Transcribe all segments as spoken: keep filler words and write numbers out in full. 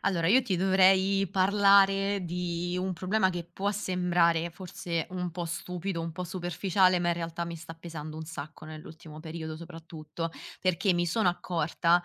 Allora, io ti dovrei parlare di un problema che può sembrare forse un po' stupido, un po' superficiale, ma in realtà mi sta pesando un sacco nell'ultimo periodo soprattutto, perché mi sono accorta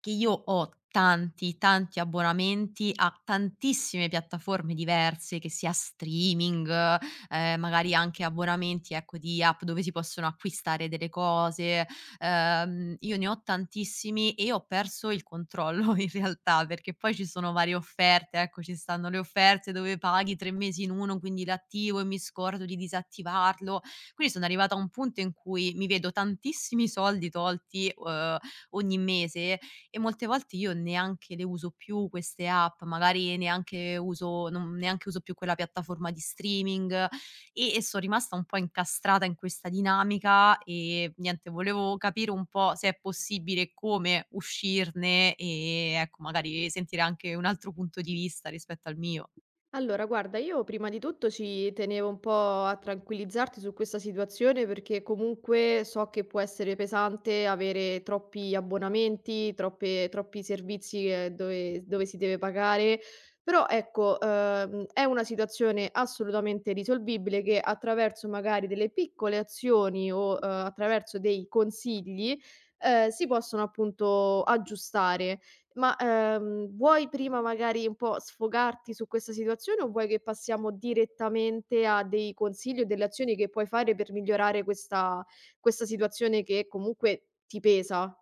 che io ho tanti, tanti abbonamenti a tantissime piattaforme diverse, che sia streaming, eh, magari anche abbonamenti, ecco, di app dove si possono acquistare delle cose. Ehm, io ne ho tantissimi e ho perso il controllo in realtà, perché poi ci sono varie offerte, ecco, ci stanno le offerte dove paghi tre mesi in uno, quindi l'attivo e mi scordo di disattivarlo. Quindi sono arrivata a un punto in cui mi vedo tantissimi soldi tolti, uhm, ogni mese, e molte volte io neanche le uso più queste app, magari neanche uso non neanche uso più quella piattaforma di streaming, e e so' rimasta un po' incastrata in questa dinamica e niente, volevo capire un po' se è possibile e come uscirne e, ecco, magari sentire anche un altro punto di vista rispetto al mio. Allora, guarda, io prima di tutto ci tenevo un po' a tranquillizzarti su questa situazione perché comunque so che può essere pesante avere troppi abbonamenti, troppe- troppi servizi eh, dove, dove si deve pagare, però ecco, ehm, è una situazione assolutamente risolvibile che attraverso magari delle piccole azioni o eh, attraverso dei consigli eh, si possono appunto aggiustare. Ma, ehm, vuoi prima magari un po' sfogarti su questa situazione o vuoi che passiamo direttamente a dei consigli o delle azioni che puoi fare per migliorare questa questa situazione che comunque ti pesa?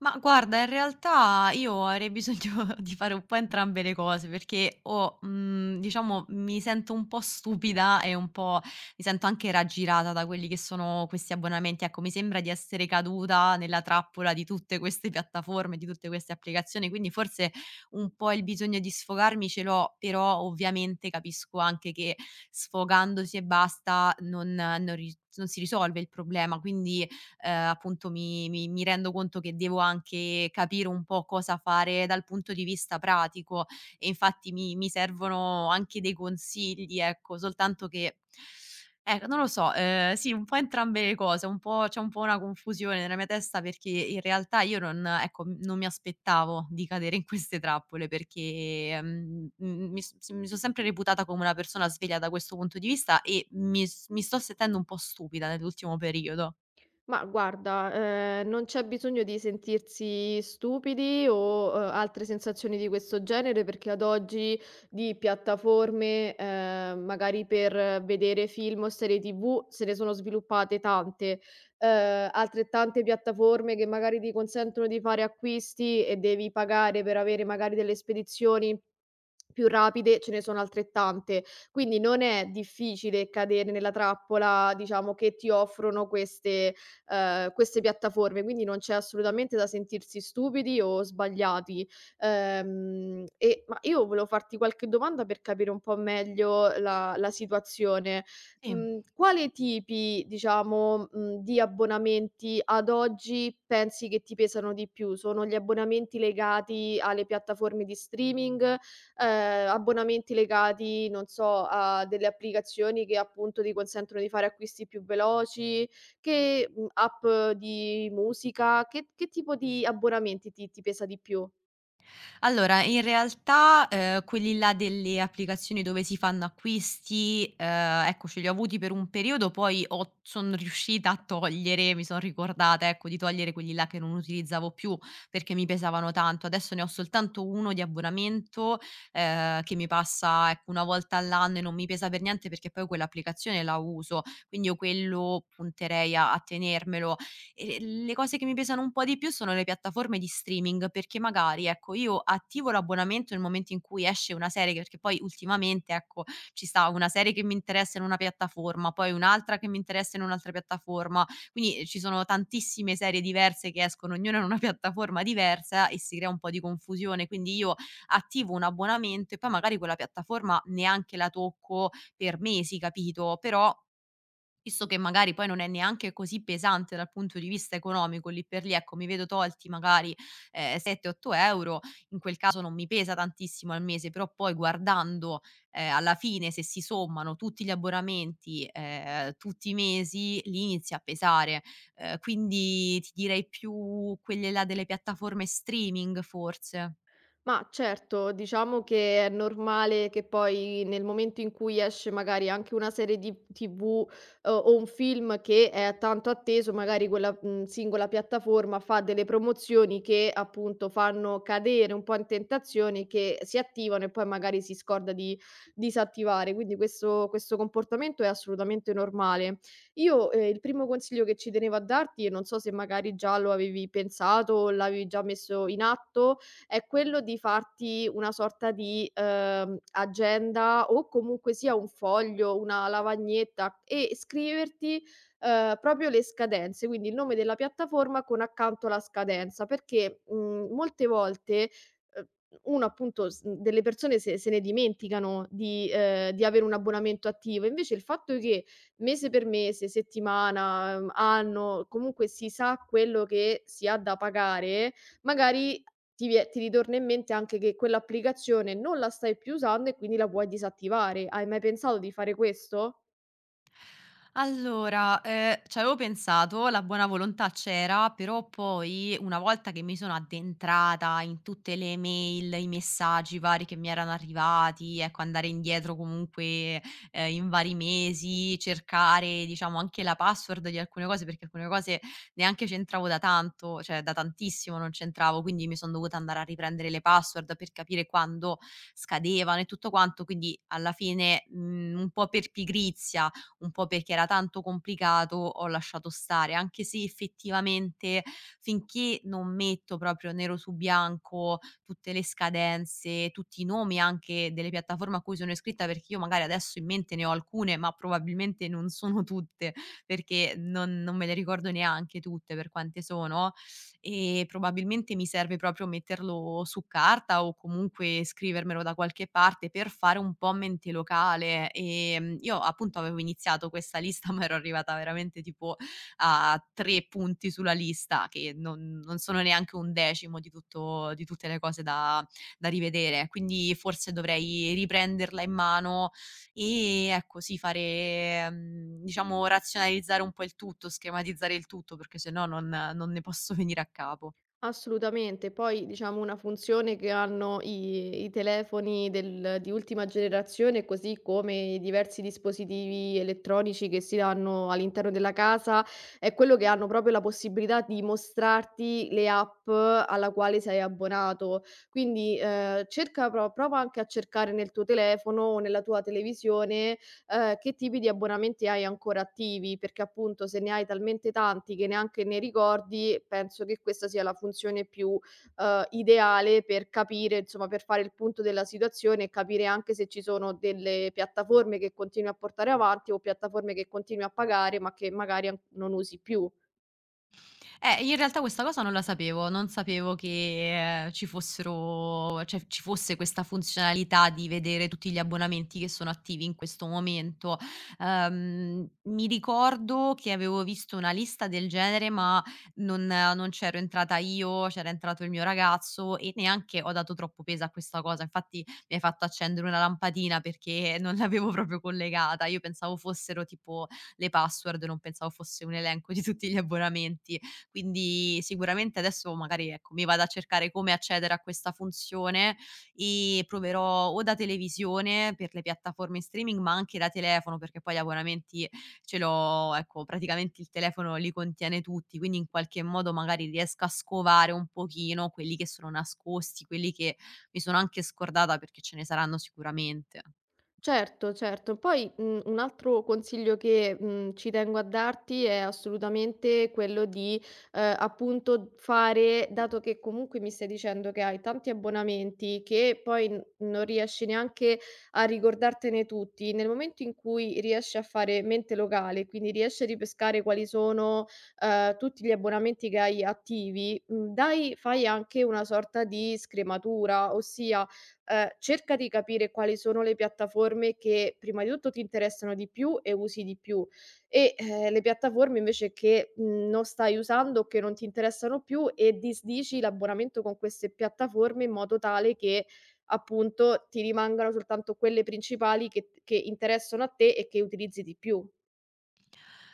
Ma guarda, in realtà io avrei bisogno di fare un po' entrambe le cose, perché ho, mhmm, diciamo, mi sento un po' stupida e un po' mi sento anche raggirata da quelli che sono questi abbonamenti. Ecco, mi sembra di essere caduta nella trappola di tutte queste piattaforme, di tutte queste applicazioni, quindi forse un po' il bisogno di sfogarmi ce l'ho, però ovviamente capisco anche che sfogandosi e basta non non ri non si risolve il problema, quindi ehm, appunto mi mi mi rendo conto che devo anche capire un po' cosa fare dal punto di vista pratico, e infatti mi mi servono anche dei consigli, ecco, soltanto che, ecco, non lo so, ehm, sì, un po' entrambe le cose, un po' c'è un po' una confusione nella mia testa, perché in realtà io non ecco, non mi aspettavo di cadere in queste trappole perché, mhmm, m mi s mi son sempre reputata come una persona sveglia da questo punto di vista e mi s mi sto sentendo un po' stupida nell'ultimo periodo. Ma guarda, ehm, non c'è bisogno di sentirsi stupidi o, ehm, altre sensazioni di questo genere, perché ad oggi di piattaforme, ehm, magari per vedere film o serie T V se ne sono sviluppate tante. Ehm, altrettante piattaforme che magari ti consentono di fare acquisti e devi pagare per avere magari delle spedizioni più rapide, ce ne sono altrettante. Quindi non è difficile cadere nella trappola, diciamo, che ti offrono queste ehm, queste piattaforme, quindi non c'è assolutamente da sentirsi stupidi o sbagliati. Ehm, e ma io volevo farti qualche domanda per capire un po' meglio la la situazione. Sì. Mhmm, quale tipi, diciamo, mhmm, di abbonamenti ad oggi pensi che ti pesano di più? Sono gli abbonamenti legati alle piattaforme di streaming, ehm, abbonamenti legati, non so, a delle applicazioni che appunto ti consentono di fare acquisti più veloci, che, mhmm, app di musica, che che tipo di abbonamenti ti ti pesa di più? Allora, in realtà, ehm, quelli là delle applicazioni dove si fanno acquisti, ehm, ecco, ce li ho avuti per un periodo, poi ho son riuscita a togliere, mi son ricordata, ecco, di togliere quelli là che non utilizzavo più, perché mi pesavano tanto. Adesso ne ho soltanto uno di abbonamento, ehm, che mi passa, ecco, una volta all'anno, e non mi pesa per niente perché poi quell'applicazione la uso, quindi io quello punterei a a tenermelo. Ehm, le cose che mi pesano un po' di più sono le piattaforme di streaming, perché magari, ecco, io attivo l'abbonamento nel momento in cui esce una serie, perché poi ultimamente, ecco, ci sta una serie che mi interessa in una piattaforma, poi un'altra che mi interessa in un'altra piattaforma, quindi eh, ci sono tantissime serie diverse che escono, ognuna in una piattaforma diversa e si crea un po' di confusione. Quindi io attivo un abbonamento e poi magari quella piattaforma neanche la tocco per mesi, capito, però visto che magari poi non è neanche così pesante dal punto di vista economico, lì per lì, ecco, mi vedo tolti magari, ehm, sette, otto euro €, in quel caso non mi pesa tantissimo al mese, però poi guardando, ehm, alla fine, se si sommano tutti gli abbonamenti, ehm, tutti i mesi, lì inizia a pesare. Ehm, quindi ti direi più quelle là delle piattaforme streaming forse. Ma certo, diciamo che è normale che poi nel momento in cui esce magari anche una serie di T V o o un film che è tanto atteso, magari quella, mhmm, singola piattaforma fa delle promozioni che appunto fanno cadere un po' in tentazione, che si attivano e poi magari si scorda di disattivare. Quindi questo questo comportamento è assolutamente normale. Io, ehm, il primo consiglio che ci tenevo a darti, e non so se magari già lo avevi pensato o l'avevi già messo in atto, è quello di farti una sorta di, ehm, agenda o comunque sia un foglio, una lavagnetta e scriverti, ehm, proprio le scadenze, quindi il nome della piattaforma con accanto la scadenza, perché, mhmm, molte volte, ehm, uno appunto s mhmm, delle persone se se ne dimenticano di ehm, di avere un abbonamento attivo. Invece il fatto che mese per mese, settimana, ehm, anno, comunque si sa quello che si ha da pagare, magari ti vie ti ritorna in mente anche che quell'applicazione non la stai più usando e quindi la puoi disattivare. Hai mai pensato di fare questo? Allora, ehm, c'avevo pensato, la buona volontà c'era, però poi una volta che mi sono addentrata in tutte le mail, i messaggi vari che mi erano arrivati, ecco, andare indietro comunque, ehm, in vari mesi, cercare diciamo anche la password di alcune cose, perché alcune cose neanche c'entravo da tanto, cioè da tantissimo non c'entravo, quindi mi son dovuta andare a riprendere le password per capire quando scadevano e tutto quanto, quindi alla fine, mhmm, un po' per pigrizia, un po' perché era tanto complicato, ho lasciato stare, anche se effettivamente finché non metto proprio nero su bianco tutte le scadenze, tutti i nomi anche delle piattaforme a cui sono iscritta, perché io magari adesso in mente ne ho alcune, ma probabilmente non sono tutte, perché non non me le ricordo neanche tutte per quante sono, e probabilmente mi serve proprio metterlo su carta o comunque scrivermelo da qualche parte per fare un po' mente locale. Ehm, io appunto avevo iniziato questa lista, ma ero arrivata veramente tipo a tre punti sulla lista, che non non sono neanche un decimo di tutto di tutte le cose da da rivedere. Quindi forse dovrei riprenderla in mano e, ecco, sì, fare mhmm, diciamo, razionalizzare un po' il tutto, schematizzare il tutto, perché se no non non ne posso venire a capo. Assolutamente. Poi diciamo una funzione che hanno i i telefoni del di ultima generazione, così come i diversi dispositivi elettronici che si danno all'interno della casa, è quello che hanno proprio la possibilità di mostrarti le app alla quale sei abbonato. Quindi, ehm, cerca pro prova anche a cercare nel tuo telefono o nella tua televisione, ehm, che tipi di abbonamenti hai ancora attivi, perché appunto se ne hai talmente tanti che neanche ne ricordi, penso che questa sia la funzione più, ehm, ideale per capire insomma, per fare il punto della situazione e capire anche se ci sono delle piattaforme che continui a portare avanti o piattaforme che continui a pagare, ma che magari an non usi più. Eh, in realtà questa cosa non la sapevo, non sapevo che, ehm, ci fossero, cioè ci fosse questa funzionalità di vedere tutti gli abbonamenti che sono attivi in questo momento. Ehm, mi ricordo che avevo visto una lista del genere, ma non non c'ero entrata io, c'era entrato il mio ragazzo e neanche ho dato troppo peso a questa cosa. Infatti mi hai fatto accendere una lampadina perché non l'avevo proprio collegata. Io pensavo fossero tipo le password, non pensavo fosse un elenco di tutti gli abbonamenti. Quindi sicuramente adesso magari, ecco, mi vado a cercare come accedere a questa funzione, e proverò o da televisione per le piattaforme in streaming, ma anche da telefono, perché poi gli abbonamenti ce l'ho, ecco, praticamente il telefono li contiene tutti, quindi in qualche modo magari riesco a scovare un pochino quelli che sono nascosti, quelli che mi sono anche scordata perché ce ne saranno sicuramente. Certo, certo. Poi, mhmm, un altro consiglio che, mhmm, ci tengo a darti è assolutamente quello di, ehm, appunto fare, dato che comunque mi stai dicendo che hai tanti abbonamenti, che poi n non riesci neanche a ricordartene tutti, nel momento in cui riesci a fare mente locale, quindi riesci a ripescare quali sono, ehm, tutti gli abbonamenti che hai attivi, mhmm, dai fai anche una sorta di scrematura, ossia ehm, cerca di capire quali sono le piattaforme che prima di tutto ti interessano di più e usi di più e, ehm, le piattaforme invece che, mhmm, non stai usando o che non ti interessano più e disdici l'abbonamento con queste piattaforme in modo tale che, appunto, ti rimangano soltanto quelle principali che t che interessano a te e che utilizzi di più.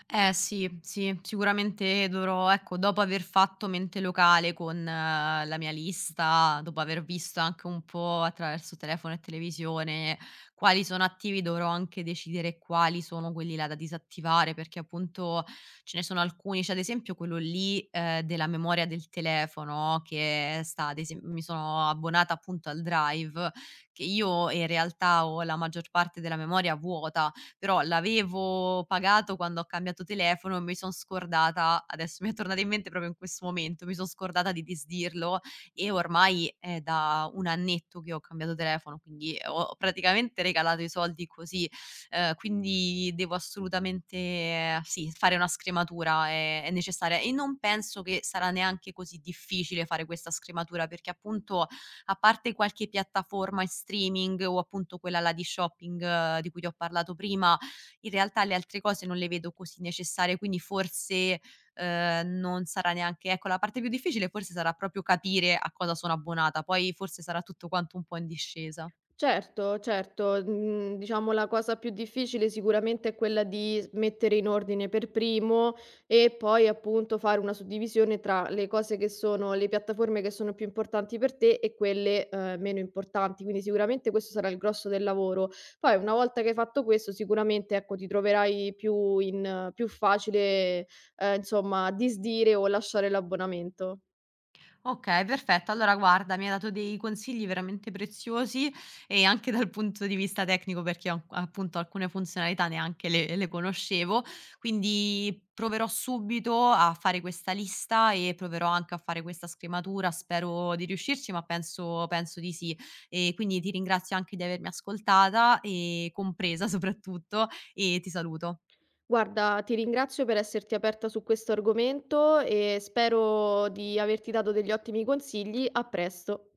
Eh sì, sì, sicuramente dovrò, ecco, dopo aver fatto mente locale con, eh, la mia lista, dopo aver visto anche un po' attraverso telefono e televisione quali sono attivi, dovrò anche decidere quali sono quelli là da disattivare, perché appunto ce ne sono alcuni, cioè ad esempio quello lì, ehm, della memoria del telefono, che sta ad esem mi sono abbonata appunto al Drive, che io in realtà ho la maggior parte della memoria vuota, però l'avevo pagato quando ho cambiato telefono, e mi son scordata, adesso mi è tornata in mente proprio in questo momento, mi son scordata di disdirlo, e ormai è da un annetto che ho cambiato telefono, quindi ho praticamente regalato i soldi così. Ehm, quindi devo assolutamente, eh, sì, fare una scrematura, è è necessaria, e non penso che sarà neanche così difficile fare questa scrematura, perché appunto, a parte qualche piattaforma in streaming o appunto quella là di shopping, eh, di cui ti ho parlato prima, in realtà le altre cose non le vedo così necessarie, quindi forse, ehm, non sarà neanche, ecco, la parte più difficile, forse sarà proprio capire a cosa sono abbonata, poi forse sarà tutto quanto un po' in discesa. Certo, certo. Mhmm, diciamo la cosa più difficile sicuramente è quella di s mettere in ordine per primo e poi appunto fare una suddivisione tra le cose che sono le piattaforme che sono più importanti per te e quelle, ehm, meno importanti, quindi sicuramente questo sarà il grosso del lavoro. Poi una volta che hai fatto questo sicuramente, ecco, ti troverai più in eh, più facile, ehm, insomma disdire o lasciare l'abbonamento. Okay, perfetto. Allora guarda, mi hai dato dei consigli veramente preziosi, e anche dal punto di vista tecnico perché a appunto alcune funzionalità neanche le le conoscevo, quindi proverò subito a fare questa lista e proverò anche a fare questa scrematura. Spero di riuscirci, ma penso penso di sì. E quindi ti ringrazio anche di avermi ascoltata e compresa soprattutto, e ti saluto. Guarda, ti ringrazio per esserti aperta su questo argomento e spero di averti dato degli ottimi consigli. A presto.